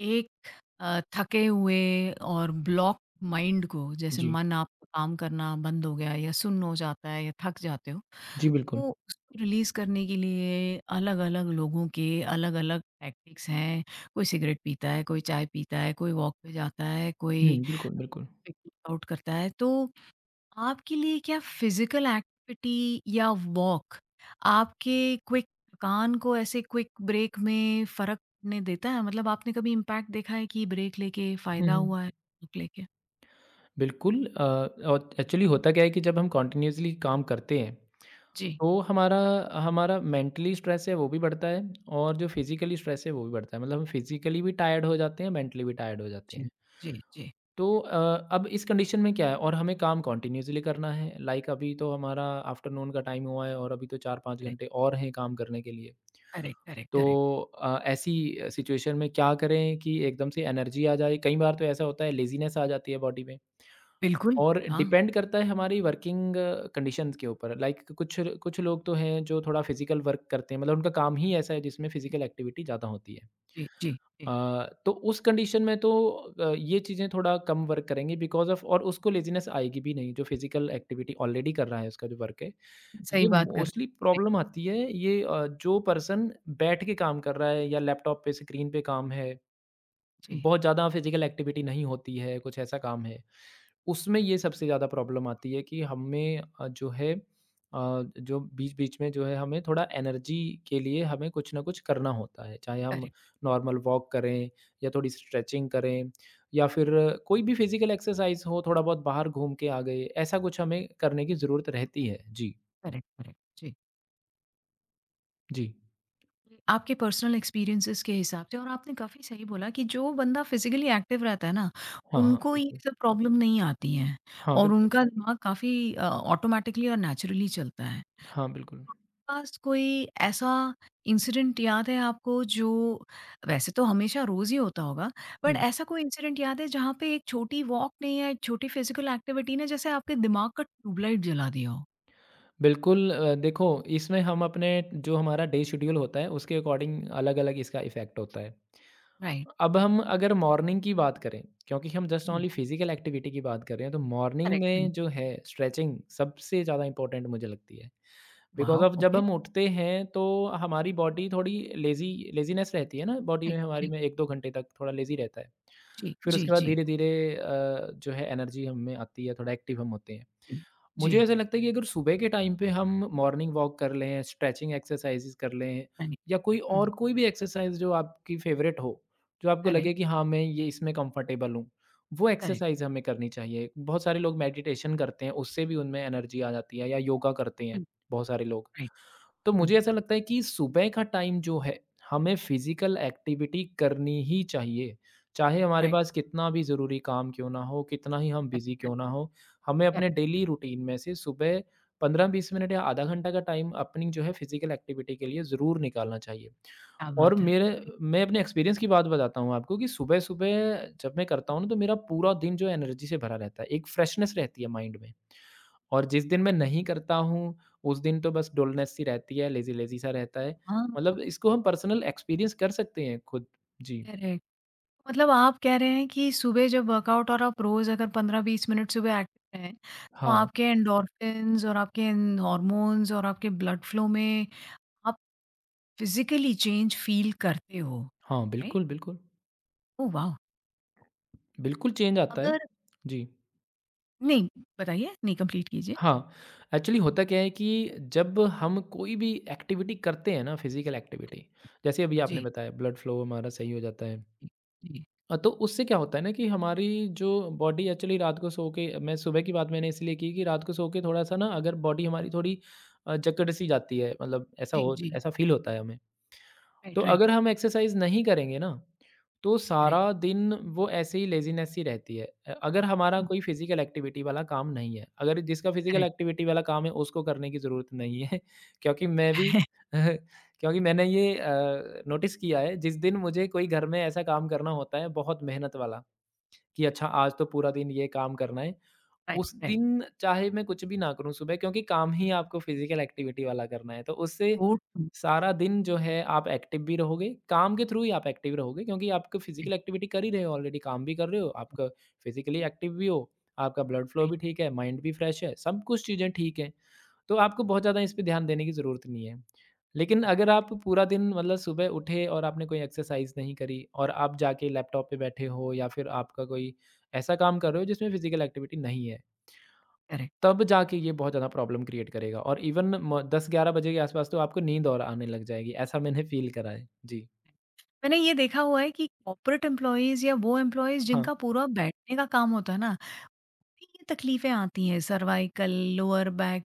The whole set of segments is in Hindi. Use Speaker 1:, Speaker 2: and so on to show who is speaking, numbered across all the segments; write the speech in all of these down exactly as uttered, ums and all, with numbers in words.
Speaker 1: एक अ, थके हुए और ब्लॉक माइंड को जैसे
Speaker 2: जी।
Speaker 1: मन आपका काम करना बंद हो गया या सुन्न हो जाता है या थक जाते हो।
Speaker 2: जी, बिल्कुल।
Speaker 1: तो उसको रिलीज करने के लिए अलग अलग लोगों के अलग अलग टैक्टिक्स हैं। कोई सिगरेट पीता है, कोई चाय पीता है, कोई वॉक पे जाता है,
Speaker 2: हुँ,
Speaker 1: कोई
Speaker 2: बिल्कुल, बिल्कुल।
Speaker 1: वर्कआउट करता है। तो आपके लिए क्या फिजिकल एक्टिविटी या वॉक आपके क्विक थकान को ऐसे क्विक ब्रेक में फर्क पड़ने देता है? मतलब आपने कभी इम्पैक्ट देखा है कि ब्रेक लेके
Speaker 2: हुँ,
Speaker 1: फायदा
Speaker 2: हुँ।
Speaker 1: हुआ है ब्रेक लेके?
Speaker 2: बिल्कुल अ, और एक्चुअली होता क्या है कि जब हम कंटीन्यूअसली काम करते हैं,
Speaker 1: जी।
Speaker 2: तो हमारा हमारा मेंटली स्ट्रेस है, वो भी बढ़ता है और जो फिज़िकली स्ट्रेस है, वो भी बढ़ता है। मतलब हम फिज़िकली भी टायर्ड हो जाते हैं, मेंटली भी टायर्ड हो जाते
Speaker 1: जी,
Speaker 2: हैं।
Speaker 1: जी, जी।
Speaker 2: तो अ, अब इस कंडीशन में क्या है और हमें काम कंटीन्यूअसली करना है, लाइक अभी तो हमारा आफ्टरनून का टाइम हुआ है और अभी तो चार पाँच घंटे
Speaker 1: करेक्ट,
Speaker 2: और हैं काम करने के लिए।
Speaker 1: करेक्ट, करेक्ट,
Speaker 2: तो
Speaker 1: करेक्ट।
Speaker 2: अ, ऐसी सिचुएशन में क्या करें कि एकदम से एनर्जी आ जाए? कई बार तो ऐसा होता है लेज़ीनेस आ जाती है बॉडी में
Speaker 1: बिल्कुल,
Speaker 2: और
Speaker 1: हाँ।
Speaker 2: डिपेंड करता है हमारी वर्किंग कंडीशंस के ऊपर। लाइक कुछ कुछ लोग तो हैं जो थोड़ा फिज़िकल वर्क करते हैं, मतलब उनका काम ही ऐसा है जिसमें फिज़िकल एक्टिविटी ज़्यादा होती है।
Speaker 1: जी, जी, जी।
Speaker 2: अ, तो उस कंडीशन में तो अ, ये चीज़ें थोड़ा कम वर्क करेंगी बिकॉज़ ऑफ़ और उसको लेज़ीनेस आएगी भी नहीं, जो फिज़िकल एक्टिविटी ऑलरेडी कर रहा है उसका जो वर्क है।
Speaker 1: सही
Speaker 2: ये
Speaker 1: बात कर रहे
Speaker 2: मोस्टली
Speaker 1: हैं।
Speaker 2: प्रॉब्लम आती है ये अ, जो पर्सन बैठ के काम कर रहा है या लैपटॉप पे स्क्रीन पे काम है,
Speaker 1: जी,
Speaker 2: बहुत ज़्यादा फिजिकल एक्टिविटी नहीं होती है, कुछ ऐसा काम है, उसमें
Speaker 1: करेक्ट,
Speaker 2: ये सबसे ज़्यादा प्रॉब्लम आती है कि हमें अ, जो है अ, जो बीच-बीच में जो है हमें थोड़ा एनर्जी के लिए हमें कुछ ना कुछ करना होता है। चाहे हम
Speaker 1: करेक्ट,
Speaker 2: नॉर्मल वॉक करें या थोड़ी स्ट्रेचिंग करें या फिर
Speaker 1: जी,
Speaker 2: कोई भी फिजिकल एक्सरसाइज़ हो, थोड़ा बहुत बाहर घूम के आ गए, ऐसा कुछ हमें करने की ज़रूरत रहती है। जी,
Speaker 1: करेक्ट, करेक्ट, जी।
Speaker 2: जी।
Speaker 1: आपके पर्सनल एक्सपीरियंसेस के हिसाब से और आपने काफ़ी सही बोला कि जो बंदा फिज़िकली एक्टिव रहता है ना,
Speaker 2: हाँ, हाँ,
Speaker 1: उनको ये
Speaker 2: बिल्कुल।
Speaker 1: सब प्रॉब्लम नहीं आती हैं
Speaker 2: हाँ,
Speaker 1: और
Speaker 2: बिल्कुल।
Speaker 1: उनका दिमाग काफ़ी अ, ऑटोमैटिकली और नेचुरली चलता है।
Speaker 2: हाँ, बिल्कुल।
Speaker 1: पास कोई ऐसा इंसिडेंट याद है आपको जो वैसे तो हमेशा रोज़ ही होता होगा, बट
Speaker 2: हुँ,
Speaker 1: ऐसा कोई इंसिडेंट याद है जहाँ पे एक छोटी वॉक ने या एक छोटी फिज़िकल एक्टिविटी ने जैसे आपके दिमाग का ट्यूबलाइट जला दिया हो?
Speaker 2: बिल्कुल अ, देखो इसमें हम अपने जो हमारा डे शेड्यूल होता है उसके अकॉर्डिंग अलग-अलग इसका इफ़ेक्ट होता है।
Speaker 1: राइट,
Speaker 2: अब हम अगर मॉर्निंग की बात करें, क्योंकि हम जस्ट
Speaker 1: जी,
Speaker 2: ओनली फिज़िकल एक्टिविटी की बात कर रहे हैं, तो मॉर्निंग
Speaker 1: करेक्ट, करेक्ट,
Speaker 2: में जो है स्ट्रेचिंग सबसे ज़्यादा इम्पोर्टेंट मुझे लगती है। Because
Speaker 1: wow!
Speaker 2: ऑफ़ जब
Speaker 1: ओके,
Speaker 2: हम उठते हैं तो हमारी बॉडी थोड़ी लेज़ी लेज़ीनेस रहती है ना बॉडी में
Speaker 1: राइट,
Speaker 2: हमारी में
Speaker 1: करेक्ट,
Speaker 2: एक दो घंटे तक थोड़ा लेज़ी रहता है।
Speaker 1: जी,
Speaker 2: फिर
Speaker 1: जी,
Speaker 2: उसके बाद
Speaker 1: जी।
Speaker 2: धीरे-धीरे अ, जो है एनर्जी हम में आती है, थोड़ा एक्टिव हम होते हैं।
Speaker 1: जी,
Speaker 2: मुझे
Speaker 1: जी,
Speaker 2: ऐसा लगता है कि अगर सुबह के टाइम पे हम मॉर्निंग वॉक कर लें, स्ट्रेचिंग एक्सरसाइज़ेज़ कर लें
Speaker 1: राइट,
Speaker 2: या कोई
Speaker 1: हुँ,
Speaker 2: और कोई भी एक्सरसाइज़ जो आपकी फ़ेवरेट हो, जो आपको लगे कि
Speaker 1: करेक्ट,
Speaker 2: हाँ, मैं ये इसमें कंफ़र्टेबल हूँ, वो
Speaker 1: करेक्ट,
Speaker 2: एक्सरसाइज़ हमें करनी चाहिए। बहुत सारे लोग मेडिटेशन करते हैं, उससे भी उनमें एनर्जी आ जाती है या योगा करते हैं
Speaker 1: हुँ,
Speaker 2: बहुत सारे लोग।
Speaker 1: राइट,
Speaker 2: तो
Speaker 1: हुँ,
Speaker 2: मुझे ऐसा लगता है कि सुबह का टाइम जो है, हमें फिज़िकल एक्टिविटी करनी ही चाहिए। चाहे हमारे
Speaker 1: राइट,
Speaker 2: पास कितना भी ज़रूरी काम क्यों ना हो, कितना ही हम
Speaker 1: करेक्ट,
Speaker 2: बिज़ी क्यों
Speaker 1: करेक्ट,
Speaker 2: ना हो, हमें अपने
Speaker 1: करेक्ट,
Speaker 2: डेली रूटीन में से सुबह पंद्रह बीस मिनट या आधा घंटा का टाइम अपनी जो है फिज़िकल एक्टिविटी के लिए ज़रूर निकालना चाहिए।
Speaker 1: क्या
Speaker 2: और
Speaker 1: बात है,
Speaker 2: मेरे
Speaker 1: राइट,
Speaker 2: मैं अपने एक्सपीरियंस की बात बताता हूँ आपको कि सुबह-सुबह जब मैं करता हूँ ना, तो मेरा पूरा दिन जो है एनर्जी से भरा रहता है। एक फ्रेशनेस रहती है माइंड में। और जिस दिन मैं
Speaker 1: ओके,
Speaker 2: नहीं करता हूँ, उस दिन तो बस डुलनेस सी रहती है, लेज़ी-लेज़ी सा रहता है।
Speaker 1: हाँ,
Speaker 2: मतलब इसको हम पर्सनल एक्सपीरियंस कर सकते हैं खुद। जी।
Speaker 1: करेक्ट। मतलब आप कह रहे हैं कि सुबह जब वर्कआउट और आप रोज़ अगर पंद्रह से बीस मिनट सुबह एक्टिव रहें, तो
Speaker 2: हाँ।
Speaker 1: आपके एंडोर्फिन्स और आपके एन हॉर्मोन्स और आपके ब्लड फ्लो में आप फिज़िकली चेंज फ़ील करते हो,
Speaker 2: हाँ,
Speaker 1: राइट?
Speaker 2: बिल्कुल, बिल्कुल।
Speaker 1: ओह वाव!
Speaker 2: बिल्कुल चेंज आता है।
Speaker 1: अगर
Speaker 2: जी।
Speaker 1: नहीं, बताइए, नहीं कंप्लीट कीजिए।
Speaker 2: हाँ, एक्चुअली होता क्या है कि जब हम कोई भी एक्टिविटी करते हैं ना फिज़िकल एक्टिविटी, जैसे अभी आपने
Speaker 1: जी,
Speaker 2: बताया ब्लड फ्लो हमारा सही हो जाता है।
Speaker 1: जी, जी,
Speaker 2: अ, तो उससे क्या होता है ना कि हमारी जो बॉडी एक्चुअली रात को सो के मैं सुबह की बात मैंने इसलिए की कि रात को सो के थोड़ा-सा ना अगर बॉडी हमारी थोड़ी अ, जकड़ सी जाती है मतलब ऐसा
Speaker 1: जी,
Speaker 2: हो
Speaker 1: जी,
Speaker 2: ऐसा फ़ील होता है हमें। तो
Speaker 1: राइट, राइट,
Speaker 2: अगर हम एक्सरसाइज नहीं करेंगे ना, तो
Speaker 1: करेक्ट,
Speaker 2: सारा दिन वो ऐसे ही लेज़ीनेस ही रहती है। अ, अगर हमारा
Speaker 1: हुँ,
Speaker 2: कोई फिज़िकल एक्टिविटी वाला काम नहीं है, अगर जिसका फिज़िकल
Speaker 1: करेक्ट।
Speaker 2: एक्टिविटी वाला काम है उसको करने की ज़रूरत नहीं है क्योंकि मैं भी क्योंकि मैंने ये अ, नोटिस किया है जिस दिन मुझे कोई घर में ऐसा काम करना होता है बहुत मेहनत वाला कि अच्छा आज तो पूरा दिन ये काम करना है
Speaker 1: राइट,
Speaker 2: उस
Speaker 1: राइट।
Speaker 2: दिन चाहे मैं कुछ भी ना करूँ सुबह क्योंकि काम ही आपको फिज़िकल एक्टिविटी वाला करना है। तो उससे
Speaker 1: वो
Speaker 2: सारा दिन जो है आप एक्टिव भी रहोगे, काम के थ्रू ही आप एक्टिव रहोगे क्योंकि आपको फिज़िकल
Speaker 1: राइट,
Speaker 2: एक्टिविटी कर ही रहे हो ऑलरेडी काम भी कर रहे हो,
Speaker 1: राइट,
Speaker 2: आपका फिज़िकली एक्टिव भी हो, आपका ब्लड फ्लो
Speaker 1: राइट,
Speaker 2: भी ठीक है, माइंड भी फ्रेश है, सब कुछ चीज़ें ठीक हैं। तो आपको बहुत ज़्यादा इस पे ध्यान देने की ज़रूरत नहीं है। लेकिन
Speaker 1: राइट,
Speaker 2: अगर आप पूरा दिन मतलब सुबह उठे और आपने कोई एक्सरसाइज़ नहीं करी और आप जाके लैपटॉप पे बैठे हो या फिर आपका कोई ऐसा काम कर रहे हो जिसमें फिज़िकल एक्टिविटी नहीं है।
Speaker 1: करेक्ट।
Speaker 2: तब जाके ये बहुत ज़्यादा प्रॉब्लम क्रिएट करेगा और इवन म दस ग्यारह बजे के आस-पास तो आपको नींद और आने लग जाएगी, ऐसा मैंने फ़ील करा है। जी।
Speaker 1: मैंने ये देखा हुआ है कि कॉर्पोरेट एम्प्लॉइज़ या वो एम्प्लॉइज़
Speaker 2: हाँ।
Speaker 1: जिनका पूरा बैठने का काम होता है ना, ये तकलीफ़ें आती हैं सर्वाइकल, लोअर बैक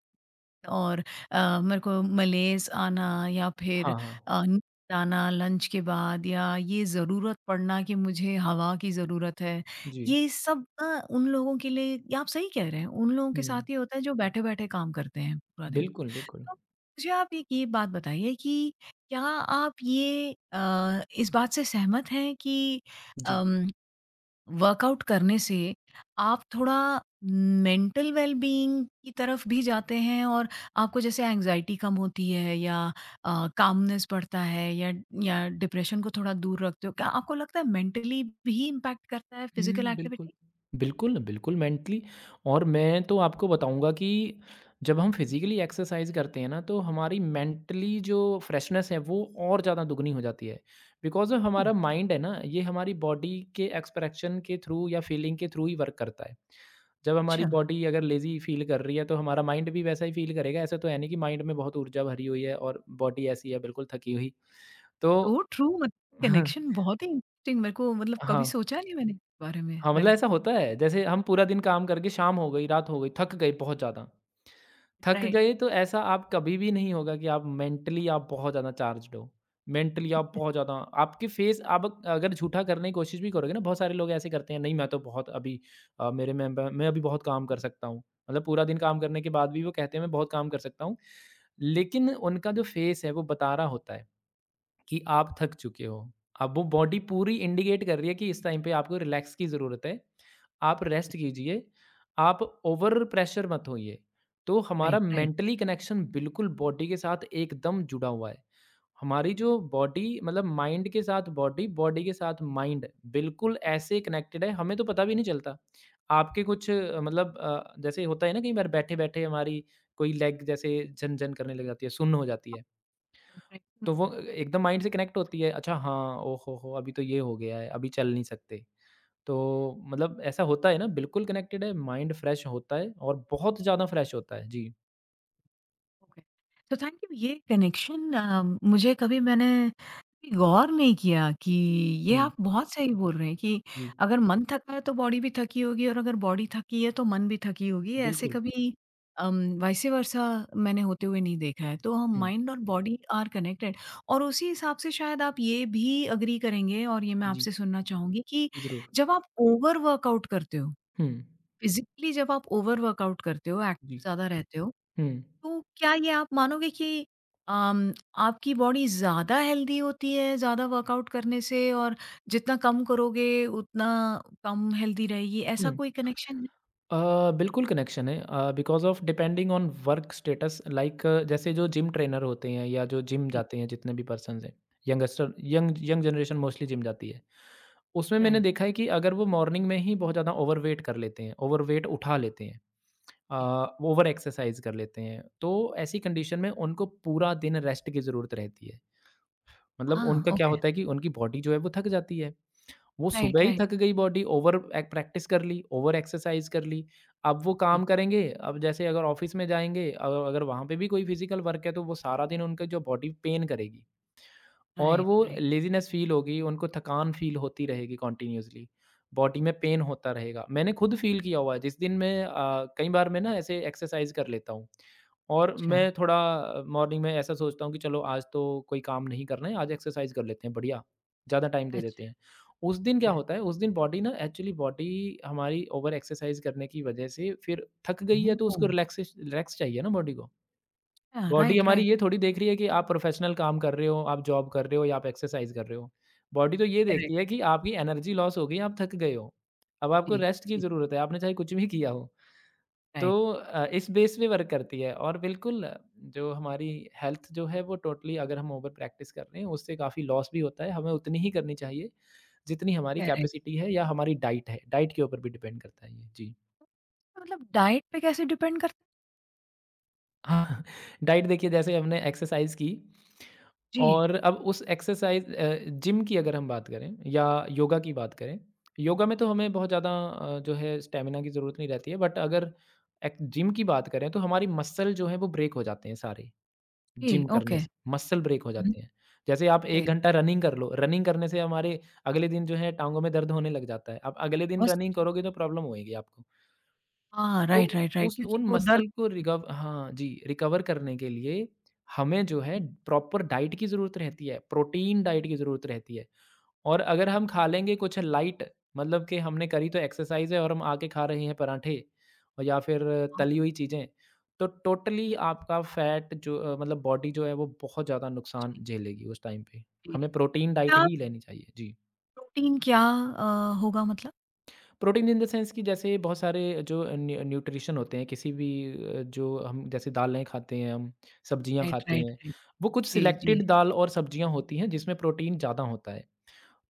Speaker 1: और अ, मेरे को मलेज़ आना या
Speaker 2: हाँ,
Speaker 1: फिर
Speaker 2: हाँ।
Speaker 1: अ, नींद आना लंच के बाद या ये ज़रूरत पड़ना कि मुझे हवा की ज़रूरत है।
Speaker 2: जी।
Speaker 1: ये सब ना उन लोगों के लिए ये आप सही कह रहे हैं, उन लोगों के
Speaker 2: हुँ।
Speaker 1: साथ ये होता है जो बैठे-बैठे काम करते हैं पूरा दिन।
Speaker 2: बिल्कुल, बिल्कुल।
Speaker 1: तो मुझे आप एक ये बात बताइए कि क्या आप ये अ, इस बात से सहमत हैं कि
Speaker 2: जी।
Speaker 1: अम, वर्कआउट करने से आप थोड़ा मेंटल वेलबींग की तरफ भी जाते हैं और आपको जैसे एंजाइटी कम होती है या कामनेस बढ़ता है या या डिप्रेशन को थोड़ा दूर रखते हो। क्या आपको लगता है मेंटली भी इम्पैक्ट करता है फिजिकल
Speaker 2: हुँ, बिल्कुल।
Speaker 1: एक्टिविटी?
Speaker 2: बिल्कुल, बिल्कुल मेंटली और मैं तो आपको बताऊँगा कि जब हम फिज़िकली एक्सरसाइज़ करते हैं ना, तो हमारी मेंटली जो फ्रेशनेस है, वो और ज़्यादा दुगनी हो जाती है। बिकॉज़
Speaker 1: ओह,
Speaker 2: हमारा माइंड है ना, ये हमारी बॉडी के एक्सप्रेशन के थ्रू या फीलिंग के थ्रू ही वर्क करता है। जब हमारी
Speaker 1: अच्छा
Speaker 2: बॉडी अगर लेज़ी फील कर रही है, तो हमारा माइंड भी वैसा ही फील करेगा। ऐसा तो है नहीं कि माइंड में बहुत ऊर्जा भरी हुई है और बॉडी ऐसी है, बिल्कुल थकी हुई। तो
Speaker 1: तो ट्रू मतलब
Speaker 2: हाँ,
Speaker 1: कनेक्शन बहुत ही इंटरेस्टिंग मेरे को, मतलब कभी
Speaker 2: हाँ।
Speaker 1: सोचा नहीं मैंने इस बारे में,
Speaker 2: हाँ, मतलब
Speaker 1: राइट,
Speaker 2: ऐसा होता है। जैसे हम पूरा दिन काम करके शाम हो गई, रात हो गई, थक गए बहुत ज़्यादा। थक
Speaker 1: राइट,
Speaker 2: गए तो ऐसा आप कभी भी नहीं होगा कि आप मेंटली आप बहुत ज़्यादा चार्ज्ड हो। मेंटली आप बहुत ज़्यादा आपके फेस आप अग- अगर झूठा करने की कोशिश भी करोगे ना, बहुत सारे लोग ऐसे करते हैं, "नहीं, मैं तो बहुत अभी अ, मेरे में ब मैं अभी बहुत काम कर सकता हूँ।" मतलब पूरा दिन काम करने के बाद भी वो कहते हैं, "मैं बहुत काम कर सकता हूँ।" लेकिन उनका जो फेस है, वो बता रहा होता है। कि आप थक चुके हो। अब वो बॉडी पूरी इंडिकेट कर रही है कि इस टाइम पे आपको रिलैक्स की ज़रूरत है। आप रेस्ट कीजिए, आप ओवर प्रेशर मत होइए। तो हमारा
Speaker 1: राइट, राइट,
Speaker 2: मेंटली कनेक्शन बिल्कुल बॉडी के साथ एकदम जुड़ा हुआ है। हमारी जो बॉडी मतलब माइंड के साथ बॉडी, बॉडी के साथ माइंड बिल्कुल ऐसे कनेक्टेड है हमें तो पता भी नहीं चलता। आपके कुछ अ, मतलब अ, जैसे होता है ना कई बार बैठे-बैठे हमारी कोई लेग जैसे झन-झन करने लग जाती है, सुन्न हो जाती है।
Speaker 1: राइट, कनेक्शन
Speaker 2: तो
Speaker 1: हो
Speaker 2: वो
Speaker 1: जाती है,
Speaker 2: एकदम माइंड से कनेक्ट होती है, अच्छा हाँ, ओहो हो! हो अभी तो ये हो गया है, अभी चल नहीं सकते। तो मतलब ऐसा होता है ना, बिल्कुल कनेक्टेड है, माइंड फ्रेश होता है और बहुत ज़्यादा फ्रेश होता है। जी।
Speaker 1: ओके। तो थैंक यू ये कनेक्शन अ, मुझे कभी मैंने कभी गौर नहीं किया कि ये
Speaker 2: हुँ,
Speaker 1: आप बहुत सही बोल रहे हैं कि
Speaker 2: जी,
Speaker 1: अगर मन थका है तो बॉडी भी थकी होगी और अगर बॉडी थकी है तो मन भी थकी होगी, ऐसे
Speaker 2: बिल्कुल।
Speaker 1: कभी अम, वाइस वर्सा मैंने होते हुए नहीं देखा है, तो हम
Speaker 2: हुँ,
Speaker 1: माइंड और बॉडी आर कनेक्टेड और उसी हिसाब से शायद आप ये भी एग्री करेंगे और ये मैं
Speaker 2: जी,
Speaker 1: आपसे सुनना चाहूँगी कि
Speaker 2: जी ज़रूर।
Speaker 1: जब आप ओवर वर्कआउट करते हो,
Speaker 2: हुँ,
Speaker 1: फिज़िकली जब आप ओवर वर्कआउट करते हो, एक्टिव
Speaker 2: जी,
Speaker 1: ज़्यादा रहते हो,
Speaker 2: हुँ,
Speaker 1: तो क्या ये आप मानोगे कि अम, आपकी बॉडी ज़्यादा हेल्दी होती है, ज़्यादा वर्कआउट करने से, और जितना कम करोगे उतना कम हेल्दी रहेगी, ऐसा
Speaker 2: हुँ।
Speaker 1: कोई कनेक्शन है?
Speaker 2: अ, बिल्कुल कनेक्शन है अ, because of depending on work status like जैसे जो जिम ट्रेनर होते हैं या जो जिम
Speaker 1: जी,
Speaker 2: जाते हैं जितने भी पर्सन्स हैं, youngster young young generation mostly gym जाती है। उसमें मैंने
Speaker 1: राइट,
Speaker 2: देखा है कि अगर वो मॉर्निंग में ही बहुत ज़्यादा ओवरवेट कर लेते हैं, ओवरवेट उठा
Speaker 1: जी,
Speaker 2: लेते हैं,
Speaker 1: जी।
Speaker 2: अ, ओवर एक्सरसाइज़ कर लेते हैं, तो ऐसी कंडीशन में उनको पूरा दिन रेस्ट की ज़रूरत रहती है। मतलब
Speaker 1: हाँ,
Speaker 2: उनका क्या
Speaker 1: ओके,
Speaker 2: होता है कि उनकी बॉडी जो है वो थक जाती है। वो सुबह
Speaker 1: राइट,
Speaker 2: ही
Speaker 1: राइट,
Speaker 2: थक गई बॉडी, ओवर एक प्रैक्टिस कर ली, ओवर एक्सरसाइज़ कर ली, अब वो
Speaker 1: जी,
Speaker 2: काम करेंगे, अब जैसे अगर ऑफ़िस में जाएँगे अ, अगर वहाँ पे भी कोई फिज़िकल वर्क है, तो वो सारा दिन उनका जो बॉडी पेन करेगी। और
Speaker 1: राइट,
Speaker 2: वो
Speaker 1: राइट,
Speaker 2: लेज़ीनेस फ़ील होगी, उनको थकान फ़ील होती रहेगी कंटिन्यूअसली, बॉडी
Speaker 1: हम्म,
Speaker 2: में पेन होता रहेगा। मैंने खुद फ़ील किया हुआ है, जिस दिन मैं अ, कई बार मैं ना ऐसे एक्सरसाइज़ कर लेता हूँ और
Speaker 1: अच्छा,
Speaker 2: मैं थोड़ा अ, मॉर्निंग में ऐसा सोचता हूँ कि चलो आज तो कोई काम नहीं करना है, आज एक्सरसाइज़ कर लेते हैं, बढ़िया, ज़्यादा टाइम दे देते
Speaker 1: अच्छा,
Speaker 2: हैं। उस दिन क्या
Speaker 1: ओके।
Speaker 2: होता है, उस दिन बॉडी ना एक्चुअली बॉडी हमारी ओवर एक्सरसाइज़ करने की वजह से फिर थक गई है, तो
Speaker 1: ओह!
Speaker 2: उसको रिलैक्सेश रिलैक्स चाहिए ना बॉडी को।
Speaker 1: अच्छा,
Speaker 2: बॉडी
Speaker 1: राइट,
Speaker 2: हमारी
Speaker 1: राइट,
Speaker 2: ये थोड़ी देख रही है कि आप प्रोफेशनल काम कर रहे हो, आप जॉब कर रहे हो या आप एक्सरसाइज़ कर रहे हो। बॉडी तो ये देखती
Speaker 1: करेक्ट,
Speaker 2: है कि आपकी एनर्जी लॉस हो गई है, आप थक गए हो। अब आपको
Speaker 1: जी,
Speaker 2: रेस्ट की
Speaker 1: जी,
Speaker 2: ज़रूरत है, आपने चाहे कुछ भी किया हो। तो
Speaker 1: राइट,
Speaker 2: अ, इस बेस पे वर्क करती है और बिल्कुल अ, जो हमारी हेल्थ जो है वो टोटली अगर हम ओवर प्रैक्टिस कर रहे हैं, उससे काफ़ी लॉस भी होता है। हमें उतनी ही करनी चाहिए जितनी हमारी
Speaker 1: करेक्ट।
Speaker 2: कैपेसिटी है या हमारी डाइट है। डाइट के ऊपर भी डिपेंड करता है ये। जी।
Speaker 1: मतलब डाइट पे कैसे डिपेंड करता है?
Speaker 2: हाँ, डाइट देखिए जैसे हमने एक्सरसाइज़ की
Speaker 1: जी,
Speaker 2: और अब उस एक्सरसाइज़ अ, जिम की अगर हम बात करें या योगा की बात करें, योगा में तो हमें बहुत ज़्यादा अ, जो है स्टैमिना की ज़रूरत नहीं रहती है बट अगर एक जिम की बात करें तो हमारी मसल जो है वो ब्रेक हो जाते हैं सारे,
Speaker 1: जी,
Speaker 2: जिम करने
Speaker 1: ओके,
Speaker 2: से मसल ब्रेक हो
Speaker 1: हुँ,
Speaker 2: जाते हैं। जैसे आप
Speaker 1: ओके।
Speaker 2: एक घंटा रनिंग कर लो, रनिंग करने से हमारे अगले दिन जो है टाँगों में दर्द होने लग जाता है। आप अगले दिन रनिंग
Speaker 1: पौष्टिक,
Speaker 2: करोगे तो प्रॉब्लम होएगी आपको।
Speaker 1: हाँ,
Speaker 2: तो
Speaker 1: राइट, राइट, राइट
Speaker 2: उस
Speaker 1: क्योंकि
Speaker 2: उन
Speaker 1: वो दर्द,
Speaker 2: मसल को रिकव हाँ जी, रिकवर करने के लिए हमें जो है प्रॉपर डाइट की ज़रूरत रहती है, प्रोटीन डाइट की ज़रूरत रहती है। और अगर हम खा लेंगे कुछ लाइट मतलब कि हमने करी तो एक्सरसाइज़ है और हम आके खा रहे हैं पराठे और या फिर
Speaker 1: हाँ,
Speaker 2: तली हुई चीज़ें, तो टोटली आपका फैट जो अ, मतलब बॉडी जो है वो बहुत ज़्यादा नुकसान झेलेगी उस टाइम पे।
Speaker 1: जी, जी।
Speaker 2: हमें प्रोटीन डाइट
Speaker 1: क्या
Speaker 2: ही लेनी चाहिए। जी।
Speaker 1: प्रोटीन क्या अ, होगा मतलब?
Speaker 2: प्रोटीन इन द सेंस कि जैसे बहुत सारे जो न्यू न्यूट्रिशन होते हैं किसी भी अ, जो हम जैसे दालें खाते हैं हम सब्जियां
Speaker 1: राइट,
Speaker 2: खाते
Speaker 1: राइट,
Speaker 2: हैं
Speaker 1: राइट।
Speaker 2: वो कुछ
Speaker 1: जी, जी।
Speaker 2: सिलेक्टेड दाल और सब्जियां होती हैं जिसमें प्रोटीन ज़्यादा होता है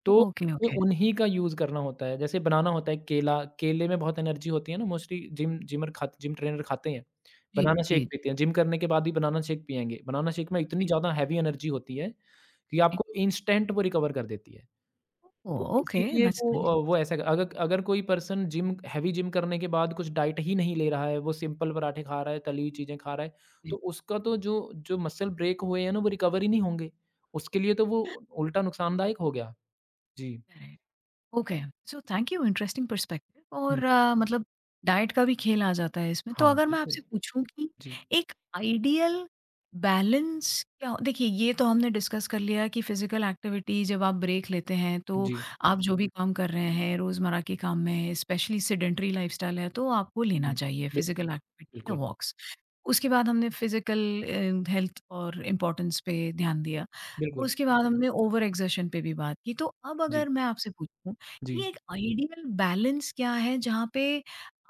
Speaker 2: तो
Speaker 1: ओके,
Speaker 2: हमें
Speaker 1: ओके।
Speaker 2: उन्हीं का यूज़ करना होता है जैसे बनाना होता है केला केले में बहुत एनर्जी होती है ना मोस्टली जिम जिमर खाते जिम ट्रेनर खाते हैं
Speaker 1: जी,
Speaker 2: बनाना
Speaker 1: जी,
Speaker 2: शेक
Speaker 1: जी।
Speaker 2: पीते हैं जिम करने के बाद ही बनाना शेक पियेंगे बनाना शेक में इतनी
Speaker 1: राइट,
Speaker 2: ज़्यादा हैवी एनर्जी होती है कि
Speaker 1: राइट।
Speaker 2: आपको इंस्टेंट वो रिकवर कर देती है
Speaker 1: ओह!
Speaker 2: तो
Speaker 1: ओके,
Speaker 2: इसीलिए
Speaker 1: दैट्स
Speaker 2: वो अ,
Speaker 1: नाइस।
Speaker 2: वो ऐसा कर- अगर अगर कोई पर्सन जिम हेवी जिम करने के बाद कुछ डाइट ही नहीं ले रहा है, वो सिंपल पराठे खा रहा है, तली हुई चीज़ें खा रहा है, तो
Speaker 1: जी,
Speaker 2: उसका तो जो जो मसल ब्रेक हुए हैं ना, वो रिकवर ही नहीं होंगे। उसके लिए तो वो उल्टा नुकसानदायक हो गया। जी।
Speaker 1: करेक्ट। Okay, so thank you, interesting perspective
Speaker 2: हुँ।
Speaker 1: और अ, मतलब डाइट का भी खेल आ जाता है इसमें। तो
Speaker 2: हाँ,
Speaker 1: अगर मैं
Speaker 2: बिल्कुल।
Speaker 1: आपसे पूछूं कि
Speaker 2: जी,
Speaker 1: एक आइडियल बैलेंस क्या हो- देखिए ये तो हमने डिस्कस कर लिया कि फिजिकल एक्टिविटी जब आप ब्रेक लेते हैं तो
Speaker 2: जी।
Speaker 1: आप जो भी काम कर रहे हैं रोजमर्रा के काम में, स्पेशली सेडेंट्री लाइफस्टाइल है तो आपको लेना
Speaker 2: हुँ।
Speaker 1: चाहिए
Speaker 2: बिल
Speaker 1: फिजिकल एक्टिविटी या
Speaker 2: बिल्कुल,
Speaker 1: वॉक्स। उसके बाद हमने फिजिकल हेल्थ और इम्पोर्टेंस पे ध्यान दिया।
Speaker 2: बिल्कुल।
Speaker 1: उसके बाद हमने ओवर एग्जर्शन पे भी बात की। तो अब
Speaker 2: जी,
Speaker 1: अगर मैं आपसे पूछूं
Speaker 2: जी,
Speaker 1: ये एक आइडियल बैलेंस क्या है जहाँ पे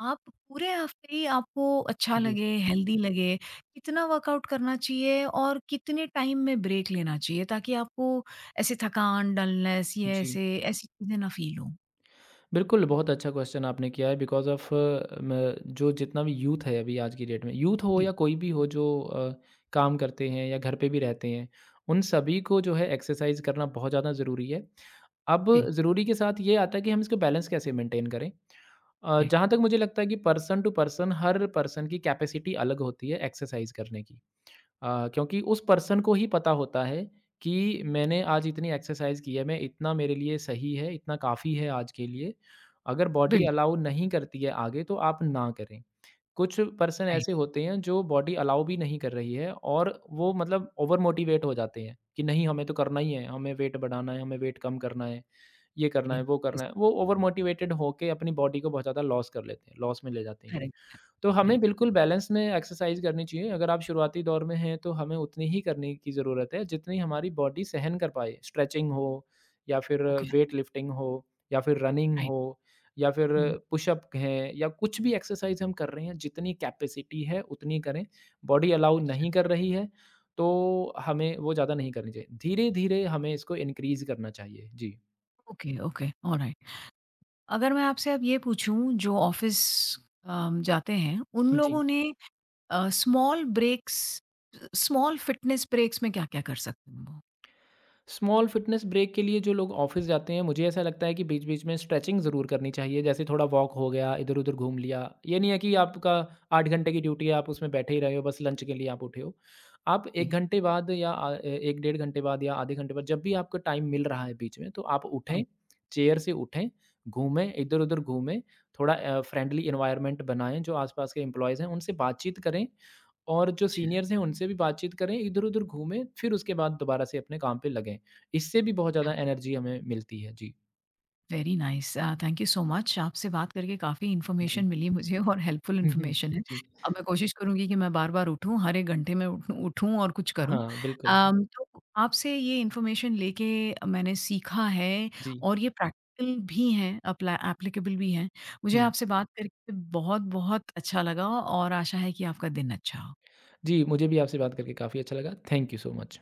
Speaker 1: आप पूरे हफ्ते ही आपको अच्छा
Speaker 2: जी,
Speaker 1: लगे, हेल्दी लगे, कितना वर्कआउट करना चाहिए और कितने टाइम में ब्रेक लेना चाहिए ताकि आपको ऐसे थकान, डलनेस, ये
Speaker 2: जी।
Speaker 1: ऐसे ऐसी चीज़ें ना फ़ील हों?
Speaker 2: बिल्कुल, बहुत अच्छा क्वेश्चन आपने किया है बिकॉज़ ऑफ़ म जो जितना भी यूथ है अभी आज की डेट में, यूथ हो या
Speaker 1: जी,
Speaker 2: कोई भी हो जो अ, काम करते हैं या घर पे भी रहते हैं, उन सभी को जो है एक्सरसाइज़ करना बहुत ज़्यादा ज़रूरी है। अब
Speaker 1: जी,
Speaker 2: ज़रूरी
Speaker 1: ओके,
Speaker 2: के साथ ये आता है कि हम इसको बैलेंस कैसे मेंटेन करें। अ,
Speaker 1: राइट,
Speaker 2: जहाँ तक मुझे लगता है कि पर्सन टू पर्सन हर पर्सन की कैपेसिटी अलग होती है एक्सरसाइज़ करने की। अ, क्योंकि उस पर्सन को ही पता होता है कि मैंने आज इतनी एक्सरसाइज की है, मैं इतना मेरे लिए सही है, इतना काफ़ी है आज के लिए। अगर बॉडी
Speaker 1: बिल्कुल,
Speaker 2: अलाउ नहीं करती है आगे तो आप ना करें। कुछ पर्सन
Speaker 1: राइट,
Speaker 2: ऐसे होते हैं जो बॉडी अलाउ भी नहीं कर रही है और वो मतलब ओवर मोटिवेट हो जाते हैं कि नहीं हमें तो करना ही है, हमें वेट बढ़ाना है, हमें वेट कम करना है, ये करना है,
Speaker 1: राइट,
Speaker 2: वो करना
Speaker 1: यस,
Speaker 2: है। वो ओवर मोटिवेटेड होके अपनी बॉडी को बहुत ज़्यादा लॉस कर लेते हैं, लॉस में ले जाते हैं।
Speaker 1: करेक्ट, करेक्ट,
Speaker 2: तो हमें
Speaker 1: करेक्ट,
Speaker 2: बिल्कुल बैलेंस में एक्सरसाइज़ करनी चाहिए। अगर आप शुरुआती दौर में हैं, तो हमें उतनी ही करने की ज़रूरत है, जितनी हमारी बॉडी सहन कर पाए। स्ट्रेचिंग हो या फिर
Speaker 1: ओके,
Speaker 2: वेट लिफ्टिंग हो या फिर रनिंग
Speaker 1: राइट,
Speaker 2: हो या फिर
Speaker 1: हुँ,
Speaker 2: पुशअप हैं या कुछ भी एक्सरसाइज़ हम कर रहे हैं, जितनी कैपेसिटी है, उतनी करें। बॉडी अलाउ
Speaker 1: अच्छा,
Speaker 2: नहीं कर रही है, तो हमें वो ज़्यादा नहीं करनी चाहिए। धीरे-धीरे हमें इसको इनक्रीज़ करना चाहिए। जी।
Speaker 1: Okay, okay, alright. अगर मैं आपसे अब ये पूछूँ जो ऑफ़िस अम, जाते हैं, उन
Speaker 2: जी।
Speaker 1: लोगों ने small breaks, small fitness breaks में क्या-क्या कर सकते हैं वो?
Speaker 2: स्मॉल फिटनेस ब्रेक के लिए जो लोग ऑफिस जाते हैं मुझे ऐसा लगता है कि बीच बीच में स्ट्रेचिंग ज़रूर करनी चाहिए जैसे थोड़ा वॉक हो गया इधर उधर घूम लिया ये नहीं है कि आपका आठ घंटे की ड्यूटी है आप उसमें बैठे ही रहे हो बस लंच के लिए आप उठे हो आप एक
Speaker 1: जी,
Speaker 2: घंटे बाद या आ- एक डेढ़ घंटे बाद या आधे घंटे बाद जब भी आपको टाइम मिल रहा है बीच में तो आप उठें
Speaker 1: राइट,
Speaker 2: चेयर से उठें घूमें इधर उधर घूमें थोड़ा फ्रेंडली इन्वायरमेंट बनाएं जो आसपास के एम्प्लॉयज़ हैं उनसे बातचीत करें और जो
Speaker 1: अच्छा,
Speaker 2: सीनियर्स हैं उनसे भी बातचीत करें, इधर-उधर घूमें, फिर उसके बाद दोबारा से अपने काम पे लगें। इससे भी बहुत ज़्यादा एनर्जी हमें मिलती है। जी,
Speaker 1: वेरी नाइस, अ, थैंक यू सो मच, आपसे बात करके काफ़ी
Speaker 2: जी।
Speaker 1: इन्फॉर्मेशन मिली मुझे और हेल्पफुल
Speaker 2: हुँ, हुँ।
Speaker 1: इन्फॉर्मेशन है।
Speaker 2: जी।
Speaker 1: अब मैं कोशिश करूँगी कि मैं बार-बार उठूँ, हर एक घंटे में उठूँ उठूँ और कुछ करूँ।
Speaker 2: हाँ, बिल्कुल।
Speaker 1: अम, तो आपसे ये इन्फॉर्मेशन लेके मैंने सीखा है,
Speaker 2: जी।
Speaker 1: और ये प्रैक्टिकल भी हैं, एप्ला एप्लीकेबल भी हैं। मुझे
Speaker 2: हुँ।
Speaker 1: आपसे बात करके बहुत-बहुत अच्छा लगा और आशा है कि आपका दिन अच्छा हो।
Speaker 2: जी, मुझे भी आपसे बात करके काफ़ी अच्छा लगा। Thank you so much.